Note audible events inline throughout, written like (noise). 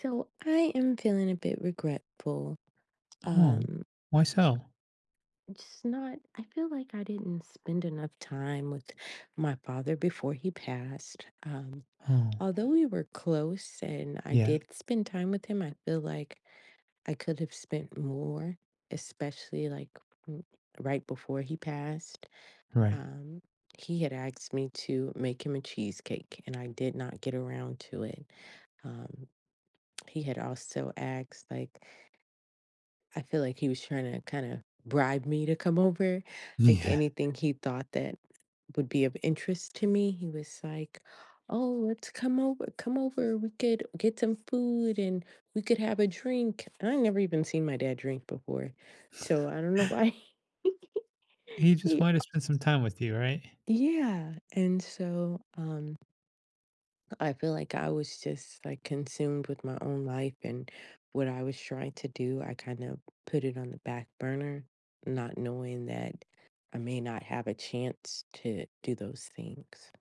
So I am feeling a bit regretful. Oh, Um, why so? just not, I feel like I didn't spend enough time with my father before he passed. Oh, Although we were close and I yeah, did spend time with him, I feel like I could have spent more, especially like mm, right before he passed. right. Um, he had asked me to make him a cheesecake, and I did not get around to it. Um, he had also asked, like, I feel like he was trying to kind of bribe me to come over. Like Yeah. anything he thought that would be of interest to me, he was like, "Oh, let's come over. Come over. We could get some food and we could have a drink." I never even seen my dad drink before, so I don't know why. He just (laughs) he, wanted to spend some time with you, right? yeah, and so I feel like I was just like consumed with my own life and what I was trying to do. I kind of put it on the back burner, not knowing that I may not have a chance to do those things.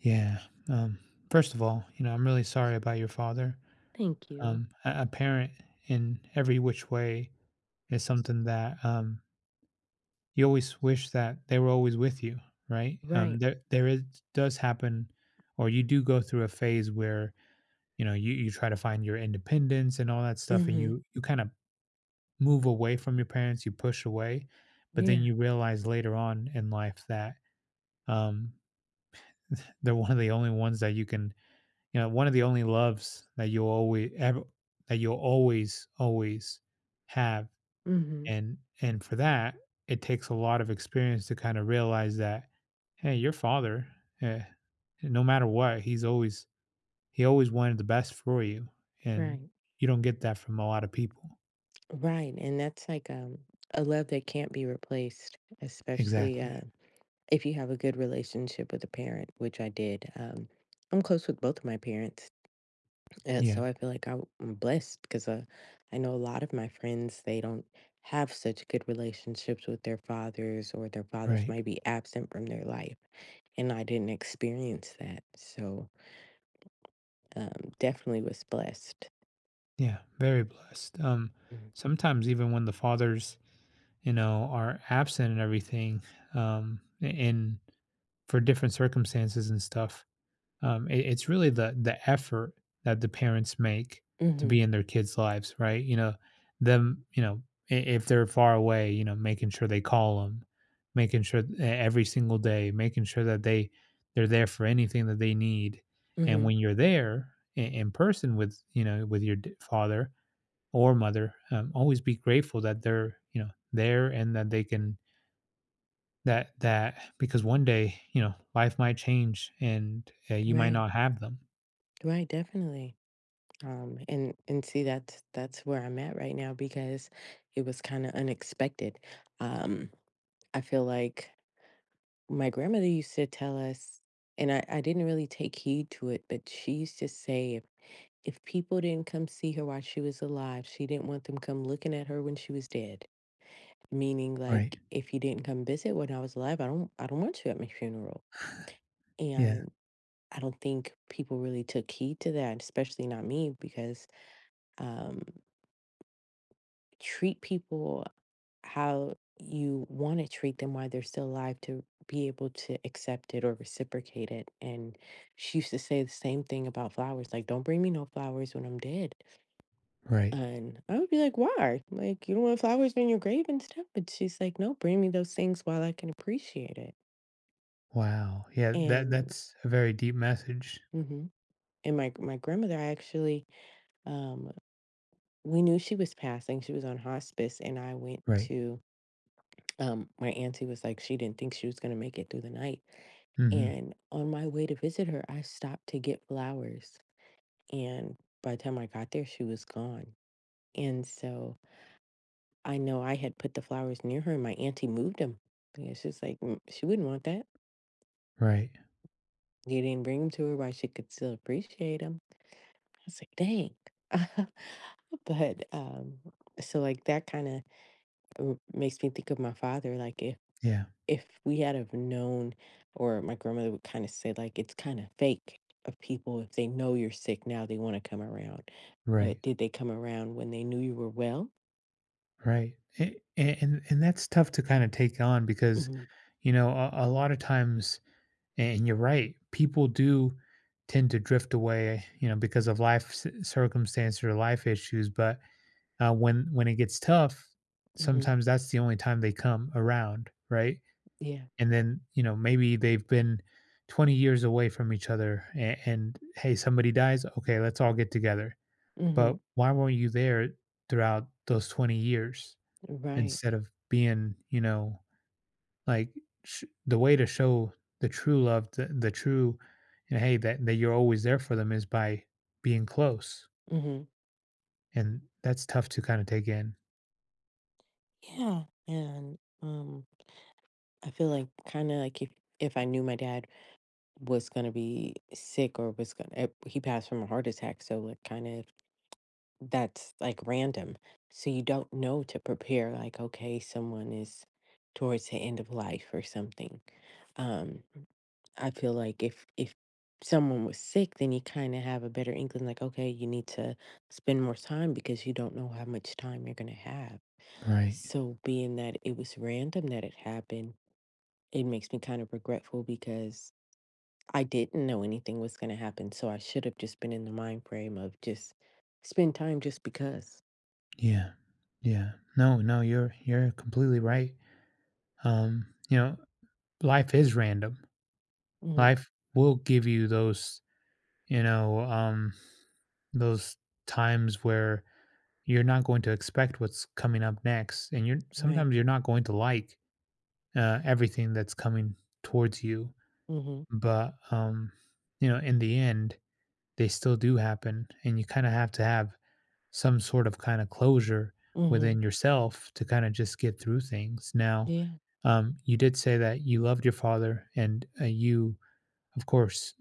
Yeah. Um, first of all, you know, I'm really sorry about your father. Thank you. A parent in every which way is something that you always wish that they were always with you, right? Um, Right. there, there is, does happen, or you do go through a phase where you know you try to find your independence and all that stuff, and Hmm. you kind of move away from your parents, you push away, but Yeah. then you realize later on in life that um, (laughs) they're one of the only ones that you can, you know, one of the only loves that you'll always ever that you'll always have, Hmm. and for that it takes a lot of experience to kind of realize that, hey, your father, eh, no matter what, he always wanted the best for you, and Right. you don't get that from a lot of people. Right. And that's like a love that can't be replaced, especially Exactly. if you have a good relationship with a parent, which I did. I'm close with both of my parents. And Yeah. so I feel like I'm blessed because I know a lot of my friends, they don't have such good relationships with their fathers, or their fathers Right. might be absent from their life. And I didn't experience that. So definitely was blessed. Yeah, very blessed. Sometimes even when the fathers, you know, are absent and everything, and for different circumstances and stuff, it's really the effort that the parents make to Mm-hmm. be in their kids' lives, right? You know, them, you know, if they're far away, you know, making sure they call them, making sure every single day, making sure that they're there for anything that they need, and Hmm. when you're there in person with you know with your father or mother always be grateful that they're you know there and that they can that that because one day you know life might change and you might Right. not have them. Right. Definitely. And see that's where I'm at right now because it was kind of unexpected. Um, I feel like my grandmother used to tell us, and I didn't really take heed to it, but she used to say if people didn't come see her while she was alive, she didn't want them come looking at her when she was dead. Meaning Right. like if you didn't come visit when I was alive, I don't want you at my funeral. Yeah. And I don't think people really took heed to that, especially not me, because um treat people, how you want to treat them while they're still alive to be able to accept it or reciprocate it. And she used to say the same thing about flowers, like, don't bring me no flowers when I'm dead. Right. And I would be like, why? Like, you don't want flowers in your grave and stuff. But she's like, no, bring me those things while I can appreciate it. Wow, yeah, that And that's a very deep message. hmm and my grandmother, I actually um we knew she was passing. She was on hospice, and I went Right. to my auntie was like, she didn't think she was going to make it through the night. Hmm. And on my way to visit her, I stopped to get flowers. And by the time I got there, she was gone. And so I know I had put the flowers near her, and my auntie moved them. And she's like, "Mm, she wouldn't want that. Right. You didn't bring them to her while she could still appreciate them." I was like, dang. (laughs) But so, like, that kind of makes me think of my father. Like, if Yeah. if we had have known, or my grandmother would kind of say, like, it's kind of fake of people if they know you're sick now, they want to come around. Right. But did they come around when they knew you were well? Right. And that's tough to kind of take on because Hmm. you know a lot of times. And you're right. People do tend to drift away, you know, because of life circumstances or life issues. But when it gets tough, Hmm. sometimes that's the only time they come around, right? Yeah. And then you know maybe they've been 20 years away from each other, and hey, somebody dies. Okay, let's all get together. Hmm. But why weren't you there throughout those 20 years Right. instead of being, you know, like, sh the way to show the true love, the true and, hey, that you're always there for them is by being close, Hmm. and that's tough to kinda take in. Yeah. And I feel like kind of like if I knew my dad was gonna be sick or was gonna he passed from a heart attack, so like kind of that's like random. So you don't know to prepare, like, okay, someone is towards the end of life or something. Um, I feel like if someone was sick, then you kind of have a better inkling, like, okay, you need to spend more time because you don't know how much time you're gonna have. Right. So being that it was random that it happened, it makes me kind of regretful because I didn't know anything was gonna happen. So I should have just been in the mind frame of just spend time just because. Yeah. Yeah. No, no, you're completely right. You know, life is random. Life will give you those, you know, those times where you're not going to expect what's coming up next, and you're Right. sometimes you're not going to like, everything that's coming towards you. Mhm. But you know in the end they still do happen and you kind of have to have some sort of kind of closure Mhm. within yourself to kind of just get through things now. Yeah. You did say that you loved your father and you of course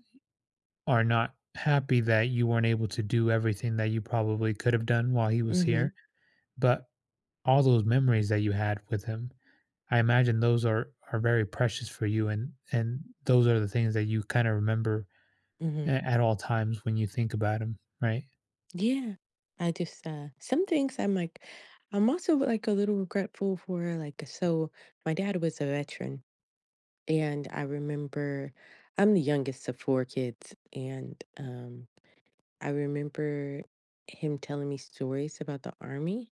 are not happy that you weren't able to do everything that you probably could have done while he was Mhm. here, but all those memories that you had with him, I imagine those are very precious for you and those are the things that you kind of remember Mhm. at all times when you think about them, right? Yeah. I just some things I'm like I'm also like a little regretful for like so my dad was a veteran and I remember I'm the youngest of four kids and I remember him telling me stories about the army.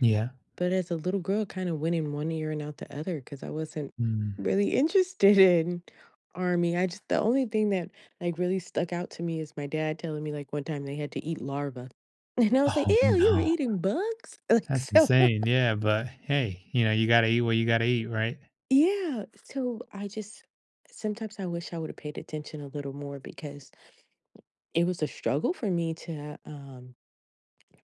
Yeah. But as a little girl, kinda went in one ear and out the other, cause I wasn't Mm. really interested in army. I just the only thing that, like, really stuck out to me is my dad telling me, like, one time they had to eat larvae, (laughs) and I was like, Oh, "Ew, you were no. eating bugs?" (laughs) Like, That's so. (laughs) insane. Yeah, but hey, you know, you gotta eat what you gotta eat, right? Yeah, so I just sometimes I wish I would've paid attention a little more because it was a struggle for me to,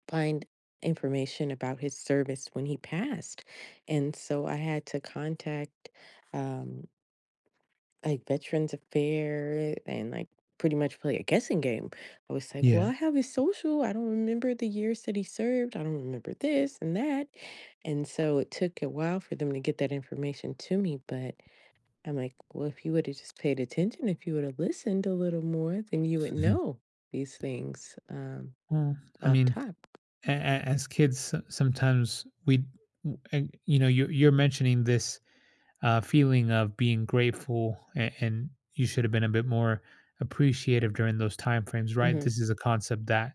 find information about his service when he passed, and so I had to contact, um like Veterans Affairs and like pretty much play a guessing game. I was like, well, Yeah. I have his social. I don't remember the years that he served. I don't remember this and that. And so it took a while for them to get that information to me. But I'm like, well, if you would have just paid attention, if you would have listened a little more, then you would Mhm. know these things, Well, I off mean, top. As kids, sometimes and, you know, you're mentioning this feeling of being grateful and you should have been a bit more appreciative during those time frames, right? Hmm. This is a concept that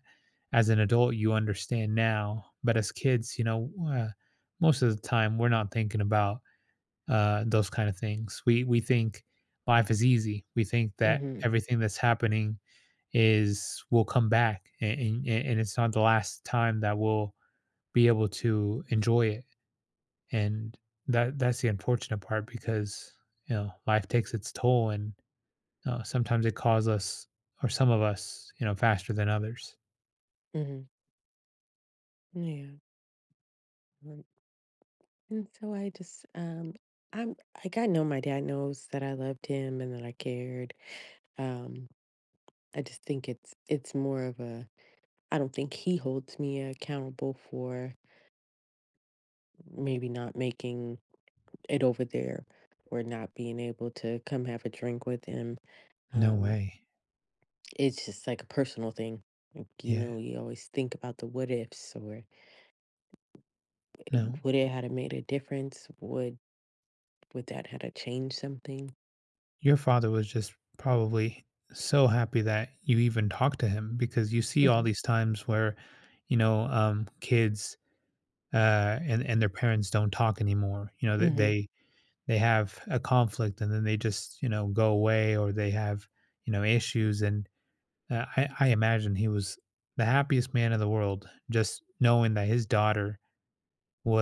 as an adult you understand now, but as kids you know most of the time we're not thinking about those kind of things. We think life is easy, we think that Hmm. everything that's happening is will come back, and it's not the last time that we'll be able to enjoy it, and that that's the unfortunate part because you know life takes its toll, and sometimes it calls us or some of us you know faster than others. Hmm. Yeah. Um, And so I just, I'm like, I know my dad knows that I loved him and that I cared. Um, I just think it's more of a I don't think he holds me accountable for maybe not making it over there or not being able to come have a drink with him. No Um, way. it's just like a personal thing. Like, you Yeah. know, you always think about the what ifs or No. would it had it made a difference? Would that had to change something? Your father was just probably so happy that you even talked to him, because you see all Hmm. these times where, you know, kids and their parents don't talk anymore. You know, that Hmm. They have a conflict and then they just you know go away, or they have you know issues. And I imagine he was the happiest man in the world, just knowing that his daughter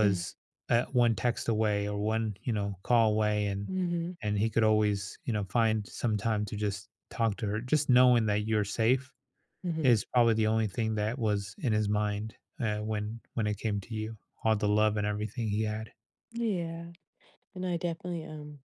Hmm. One text away or one, you know, call away, Hmm. and he could always, you know, find some time to just talk to her. Just knowing that you're safe Hmm. is probably the only thing that was in his mind when it came to you. All the love and everything he had. Yeah. And I definitely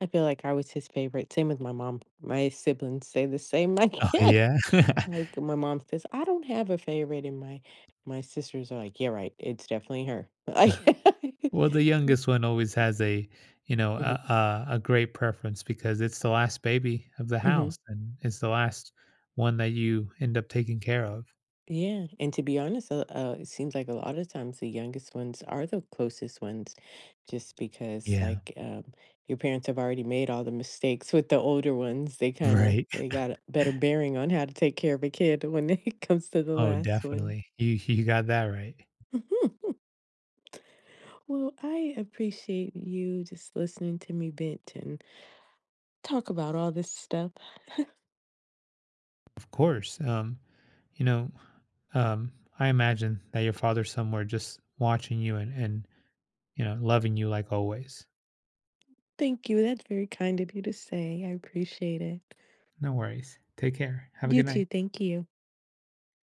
I feel like I was his favorite. Same with my mom. My siblings say the same. (laughs) Like, Oh yeah, yeah. (laughs) like my mom says, I don't have a favorite, and my sisters are like, yeah, right. It's definitely her. (laughs) Like, Well, the youngest one always has a, you know, hmm, a great preference because it's the last baby of the hmm, house and it's the last one that you end up taking care of. yeah. And to be honest, it seems like a lot of times the youngest ones are the closest ones, just because Yeah, like your parents have already made all the mistakes with the older ones. They kind of right. they (laughs) got a better bearing on how to take care of a kid when (laughs) it comes to the Oh, last one. definitely. You got that right. (laughs) Well, I appreciate you just listening to me vent and talk about all this stuff. Of course. You know, um, I imagine that your father's somewhere just watching you and you know loving you like always. Thank you. That's very kind of you to say. I appreciate it. No worries. Take care. Have a You good too. night. Thank you.